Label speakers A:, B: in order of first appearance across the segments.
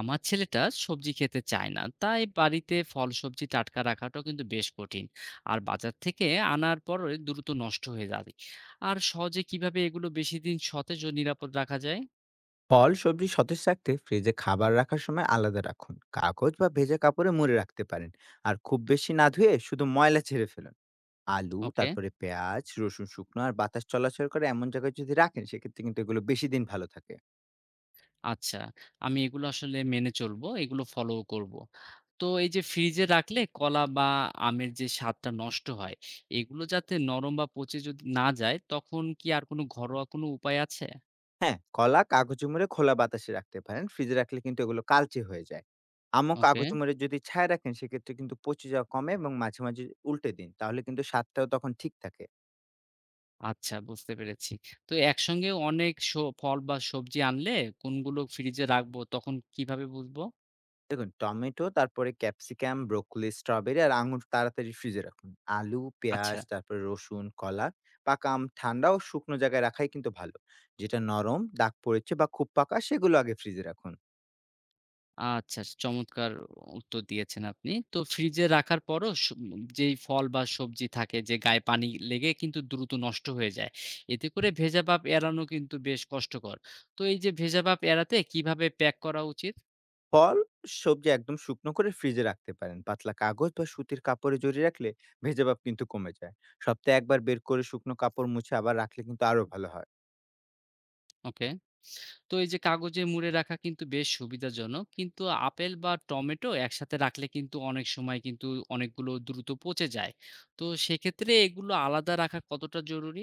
A: আমার ছেলেটা সবজি খেতে চায় না, তাই বাড়িতে ফল সবজি টাটকা রাখাটাও কিন্তু বেশ কঠিন। আর বাজার থেকে আনার পরে দ্রুত নষ্ট হয়ে যায়। আর সহজে কিভাবে এগুলো বেশি দিন সতেজ ও নিরাপদ রাখা যায়?
B: ফল সবজি সতেজ রাখতে ফ্রিজে খাবার রাখার সময় আলাদা রাখুন, কাগজ বা ভেজা কাপড়ে মুড়ে রাখতে পারেন। আর খুব বেশি না ধুয়ে শুধু ময়লা ছেড়ে ফেলুন। আলু,
A: ওকে,
B: তারপরে পেঁয়াজ, রসুন শুকনো আর বাতাস চলাচল করে এমন জায়গায় যদি রাখেন, সেক্ষেত্রে কিন্তু এগুলো বেশি দিন ভালো থাকে।
A: আচ্ছা, আমি এগুলো আসলে মেনে চলবো, এগুলো ফলো করব। তো এই যে ফ্রিজে রাখলে কলা বা আমের যে স্বাদটা নষ্ট হয়, এগুলো যাতে নরম বা পচে যদি না যায়, তখন কি আর কোনো ঘরোয়া কোনো উপায় আছে?
B: হ্যাঁ, কলা কাগজে মুড়ে খোলা বাতাসে রাখতে পারেন, ফ্রিজে রাখলে কিন্তু এগুলো কালচে হয়ে যায়। আমও
A: ওকে,
B: কাগজ মুড়ে যদি ছায়া রাখেন, সেক্ষেত্রে কিন্তু পচে যাওয়া কমে, এবং মাঝে মাঝে উল্টে দিন, তাহলে কিন্তু স্বাদটাও তখন ঠিক থাকে।
A: আচ্ছা, বুঝতে পেরেছি। তো একসঙ্গে অনেক ফল বা সবজি আনলে কোনগুলো ফ্রিজে রাখবো, তখন কিভাবে বুঝবো?
B: দেখুন, টমেটো, তারপরে ক্যাপসিকাম, ব্রোকলি, স্ট্রবেরি আর আঙুর তাড়াতাড়ি ফ্রিজে রাখুন। আলু,
A: আচ্ছা,
B: পেঁয়াজ, তারপরে রসুন, কলা, পাকা আম ঠান্ডা ও শুকনো জায়গায় রাখাই কিন্তু ভালো। যেটা নরম, দাগ পড়েছে বা খুব পাকা, সেগুলো আগে ফ্রিজে রাখুন।
A: আচ্ছা, চমৎকার উত্তর দিয়েছেন আপনি। তো ফ্রিজে রাখার পরও যেই ফল বা সবজি থাকে, যে গায়ে পানি লেগে কিন্তু দ্রুত নষ্ট হয়ে যায়। এতে করে ভেজা ভাব এড়ানো কিন্তু বেশ কষ্টকর। তো এই যে ভেজা ভাব এড়াতে কিভাবে প্যাক করা উচিত?
B: ফল, সবজি একদম শুকনো করে ফ্রিজে রাখতে পারেন। পাতলা কাগজ বা সুতির কাপড়ে জড়িয়ে রাখলে ভেজা ভাব কিন্তু কমে যায়। সপ্তাহে একবার বের করে শুকনো কাপড় মুছে আবার রাখলে কিন্তু আরো ভালো হয়।
A: ওকে। তো এই যে কাগজে মুড়ে রাখা কিন্তু বেশ সুবিধাজনক। কিন্তু আপেল বা টমেটো একসাথে রাখলে কিন্তু অনেক সময় অনেকগুলো দ্রুত পচে যায়। তো সেক্ষেত্রে এগুলো আলাদা রাখা কতটা জরুরি?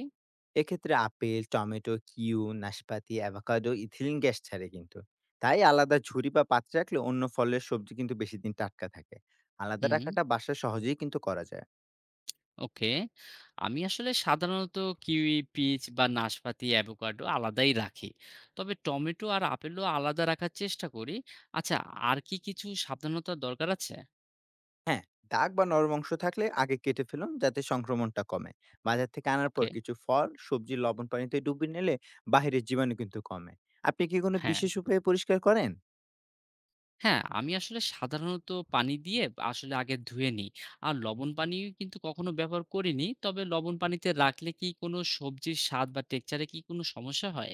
B: এক্ষেত্রে আপেল, টমেটো, কিউ, নাশপাতি, অ্যাভোকাডো ইথিলিন গ্যাস ছাড়ে কিন্তু। তাই আলাদা ঝুড়ি বা পাত্রে রাখলে অন্য ফলের সবজি কিন্তু বেশি দিন টাটকা থাকে। আলাদা
A: হুম,
B: রাখাটা বাসায় সহজেই কিন্তু করা যায়।
A: ওকে। আমি আসলে সাধারণত কিউই, পিচ বা নাশপাতি, অ্যাভোকাডো আলাদাই রাখি। তবে টমেটো আর আপেলও আলাদা রাখার চেষ্টা করি। আচ্ছা, আর কি কিছু সাবধানতার দরকার আছে?
B: হ্যাঁ, দাগ বা নরম অংশ থাকলে আগে কেটে ফেলুন, যাতে সংক্রমণটা কমে। বাজার থেকে আনার পর
A: ওকে,
B: কিছু ফল, সবজি লবণ পানিতে ডুবিয়ে নিলে বাহিরের জীবাণু কিন্তু কমে। আপনি কি কোনো
A: হ্যাঁ।
B: বিশেষ উপায়ে পরিষ্কার করেন?
A: হ্যাঁ, আমি আসলে সাধারণত পানি দিয়ে আসলে আগে ধুয়ে নিই। আর লবণ পানি কিন্তু কখনো ব্যবহার করিনি। তবে লবণ পানিতে রাখলে কি কোনো সবজির স্বাদ বা টেক্সচার এ কি কোনো সমস্যা হয়?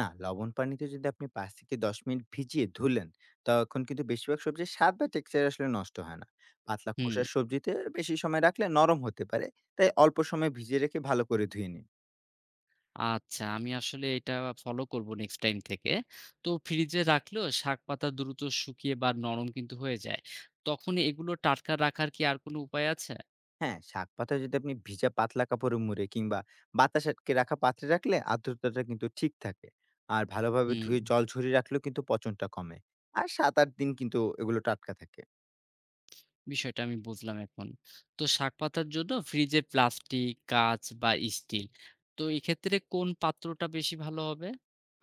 B: না, লবণ পানিতে যদি আপনি ৫ থেকে ১০ মিনিট ভিজিয়ে ধুলেন, তখন কিন্তু বেশিরভাগ সবজির স্বাদ বা টেক্সচার আসলে নষ্ট হয় না। পাতলা
A: হুম,
B: খোসার সবজিতে বেশি সময় রাখলে নরম হতে পারে। তাই অল্প সময় ভিজিয়ে রেখে ভালো করে ধুয়ে নিন।
A: আচ্ছা, আমি আসলে এটা ফলো করব নেক্সট টাইম থেকে। তো ফ্রিজে রাখলেও শাকপাতা দ্রুত শুকিয়ে বা নরম কিন্তু হয়ে যায়। তখন এগুলো টাটকা রাখার কি আর কোনো উপায় আছে?
B: হ্যাঁ, শাক-পাতা যদি আপনি ভিজা পাতলা কাপড়ে মুড়ে কিংবা বাতাস আটকে রাখা পাত্রে রাখলে আর্দ্রতাটা কিন্তু ঠিক থাকে। আর ভালোভাবে
A: হুম।
B: ধুয়ে জল ঝরিয়ে রাখলেও কিন্তু পচনটা কমে। আর ৭-৮ দিন কিন্তু এগুলো টাটকা থাকে।
A: বিষয়টা আমি বুঝলাম এখন। তো শাক পাতার জন্য ফ্রিজে প্লাস্টিক, কাঁচ বা স্টিল। তো এক্ষেত্রে কোন পাত্রটা বেশি ভালো হবে?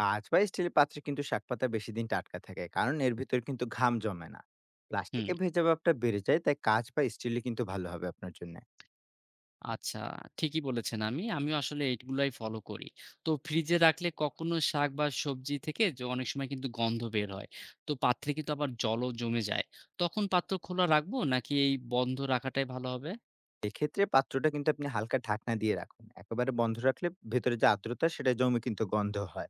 B: কাঁচ বা স্টিলের পাত্রে কিন্তু শাকপাতা বেশি দিন টাটকা থাকে, কারণ এর ভিতর কিন্তু ঘাম জমে না।
A: হুম,
B: প্লাস্টিকে ভেজা ভাবটা বেড়ে যায়, তাই কাঁচ বা স্টিলে কিন্তু ভালো হবে আপনার জন্য।
A: আচ্ছা, ঠিকই বলেছেন আমি। আমিও আসলে এগুলাই ফলো করি। তো ফ্রিজে রাখলে কখনো শাক বা সবজি থেকে যে অনেক সময় কিন্তু গন্ধ বের হয়। তো পাত্রে কিন্তু আবার জলও জমে যায়। তখন পাত্র খোলা রাখবো নাকি এই বন্ধ রাখাটাই ভালো হবে?
B: এক্ষেত্রে পাত্রটা কিন্তু আপনি হালকা ঢাকনা দিয়ে রাখুন। একেবারে বন্ধ রাখলে ভেতরে যে আর্দ্রতা সেটা জমে কিন্তু গন্ধ হয়।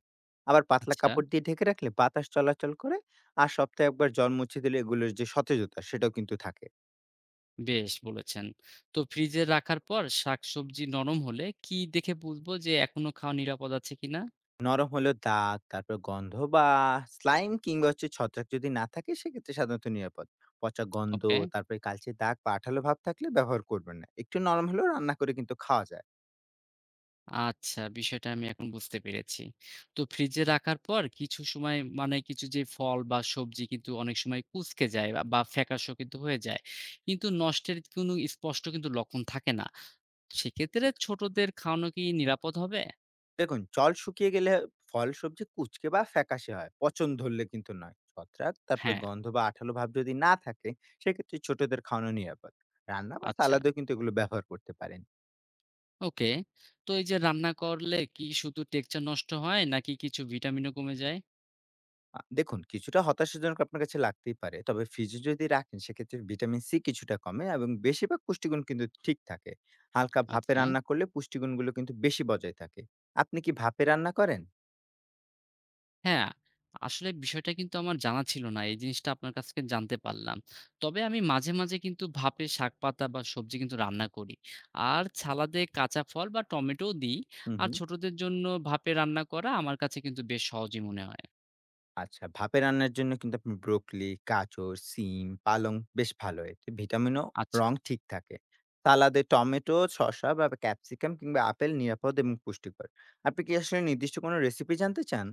B: আবার পাতলা
A: আচ্ছা।
B: কাপড় দিয়ে ঢেকে রাখলে বাতাস চলাচল করে। আর সপ্তাহে একবার জল মুছে দিলে এগুলোর যে সতেজতা সেটাও কিন্তু থাকে।
A: বেশ বলেছেন। তো ফ্রিজে রাখার পর শাকসবজি নরম হলে কি দেখে বুঝবো যে এখনো খাওয়া নিরাপদ আছে কিনা?
B: নরম হলেও দাগ, তারপর গন্ধ বা স্লাইম কিংবা হচ্ছে ছত্রাক যদি না থাকে, সেক্ষেত্রে সাধারণত নিরাপদ। পচা গন্ধ,
A: ওকে।
B: তারপরে কালচে দাগ বা আঠালো ভাব থাকলে ব্যবহার করবেন না। একটু নরম হলেও রান্না করে কিন্তু খাওয়া যায়।
A: আচ্ছা, বিষয়টা আমি এখন বুঝতে পেরেছি। তো ফ্রিজে রাখার পর কিছু সময় মানে কিছু যে ফল বা সবজি কিন্তু অনেক সময় কুঁচকে যায় বা বা ফ্যাকাসেও কিন্তু হয়ে যায়। কিন্তু নষ্টের কোনো স্পষ্ট কিন্তু লক্ষণ থাকে না। সেক্ষেত্রে ছোটদের খাওয়ানো কি নিরাপদ হবে?
B: দেখুন, জল শুকিয়ে গেলে ফল সবজি কুঁচকে বা ফ্যাকাশে হয়, পচন ধরলে কিন্তু নয়। ছত্রাক, তারপর
A: হ্যাঁ,
B: গন্ধ বা আঠালো ভাব যদি না থাকে, সেক্ষেত্রে ছোটদের খাওয়ানো নিরাপদ। রান্না বা
A: আচ্ছা,
B: সালাদেও কিন্তু এগুলো ব্যবহার করতে পারেন।
A: ওকে। তো এই যে রান্না করলে কি শুধু টেক্সচার নষ্ট হয় নাকি কিছু ভিটামিনও কমে যায়?
B: দেখুন, কিছুটা হতাশাজনক আপনার কাছে লাগতেই পারে। তবে ফ্রিজে যদি রাখেন, সেক্ষেত্রে ভিটামিন সি কিছুটা কমে, এবং বেশিরভাগ পুষ্টিগুণ কিন্তু ঠিক থাকে। হালকা ভাপে
A: আচ্ছা।
B: রান্না করলে পুষ্টিগুণগুলো কিন্তু বেশি বজায় থাকে। আপনি কি ভাপে রান্না করেন?
A: হ্যাঁ, আসলে বিষয়টা কিন্তু আমার জানা ছিল না। এই জিনিসটা আপনার কাছ থেকে জানতে পারলাম। তবে আমি মাঝে, মাঝে কিন্তু ভাপে শাকপাতা বা সবজি কিন্তু রান্না করি। আর সালাদে কাঁচা ফল বা টমেটোও দিই।
B: হুম,
A: আর
B: হুম।
A: ছোটদের জন্য ভাপে রান্না করা আমার কাছে কিন্তু বেশ সহজই মনে হয়।
B: আচ্ছা, ভাপে রান্নার জন্য কিন্তু আপনি ব্রোকলি, গাজর, সিম, পালং বেশ ভালো। এতে ভিটামিন ও
A: আচ্ছা।
B: রং ঠিক থাকে। সালাদে টমেটো, শসা বা ক্যাপসিকাম কিংবা আপেল নিরাপদ এবং পুষ্টিকর। আপনি কি আসলে নির্দিষ্ট কোনো রেসিপি জানতে চান?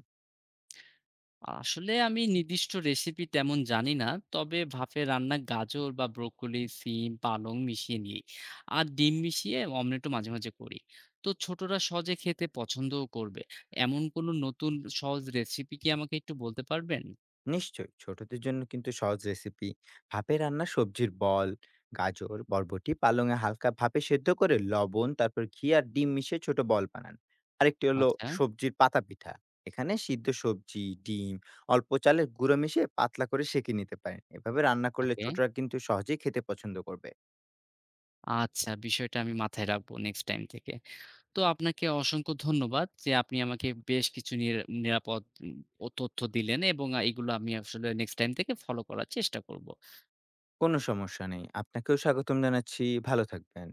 A: আসলে আমি নির্দিষ্ট রেসিপি তেমন জানি না, তবে ভাপে রান্না গাজর বা ব্রোকলি, সিম, পালং মিশিয়ে নিই। আর ডিম মিশিয়ে অমলেটও মাঝে মাঝে করি। তো ছোটরা সহজে খেতে পছন্দও করবে এমন কোনো নতুন সহজ রেসিপি কি আমাকে একটু বলতে পারবেন?
B: নিশ্চয়ই। ছোটদের জন্য কিন্তু সহজ রেসিপি, ভাপে রান্না সবজির বল, গাজর, বরবটি, পালংয়ে হালকা ভাপে সেদ্ধ করে লবণ, তারপর ঘি আর ডিম মিশিয়ে ছোট বল বানান। আরেকটি হলো
A: আচ্ছা,
B: সবজির পাতা পিঠা। এখানে সিদ্ধ সবজি, ডিম, অল্প চালের গুঁড়ো মিশিয়ে পাতলা করে সেঁকে নিতে পারেন। এভাবে রান্না করলে
A: ওকে,
B: ছোটরা কিন্তু সহজেই খেতে পছন্দ করবে।
A: আচ্ছা, বিষয়টা আমি মাথায় রাখবো নেক্সট টাইম থেকে। তো আপনাকে অসংখ্য ধন্যবাদ যে আপনি আমাকে বেশ কিছু নিরাপদ ও তথ্য দিলেন, এবং এগুলো আমি আসলে নেক্সট টাইম থেকে ফলো করার চেষ্টা করব।
B: কোনো সমস্যা নেই। আপনাকেও স্বাগতম জানাচ্ছি। ভালো থাকবেন।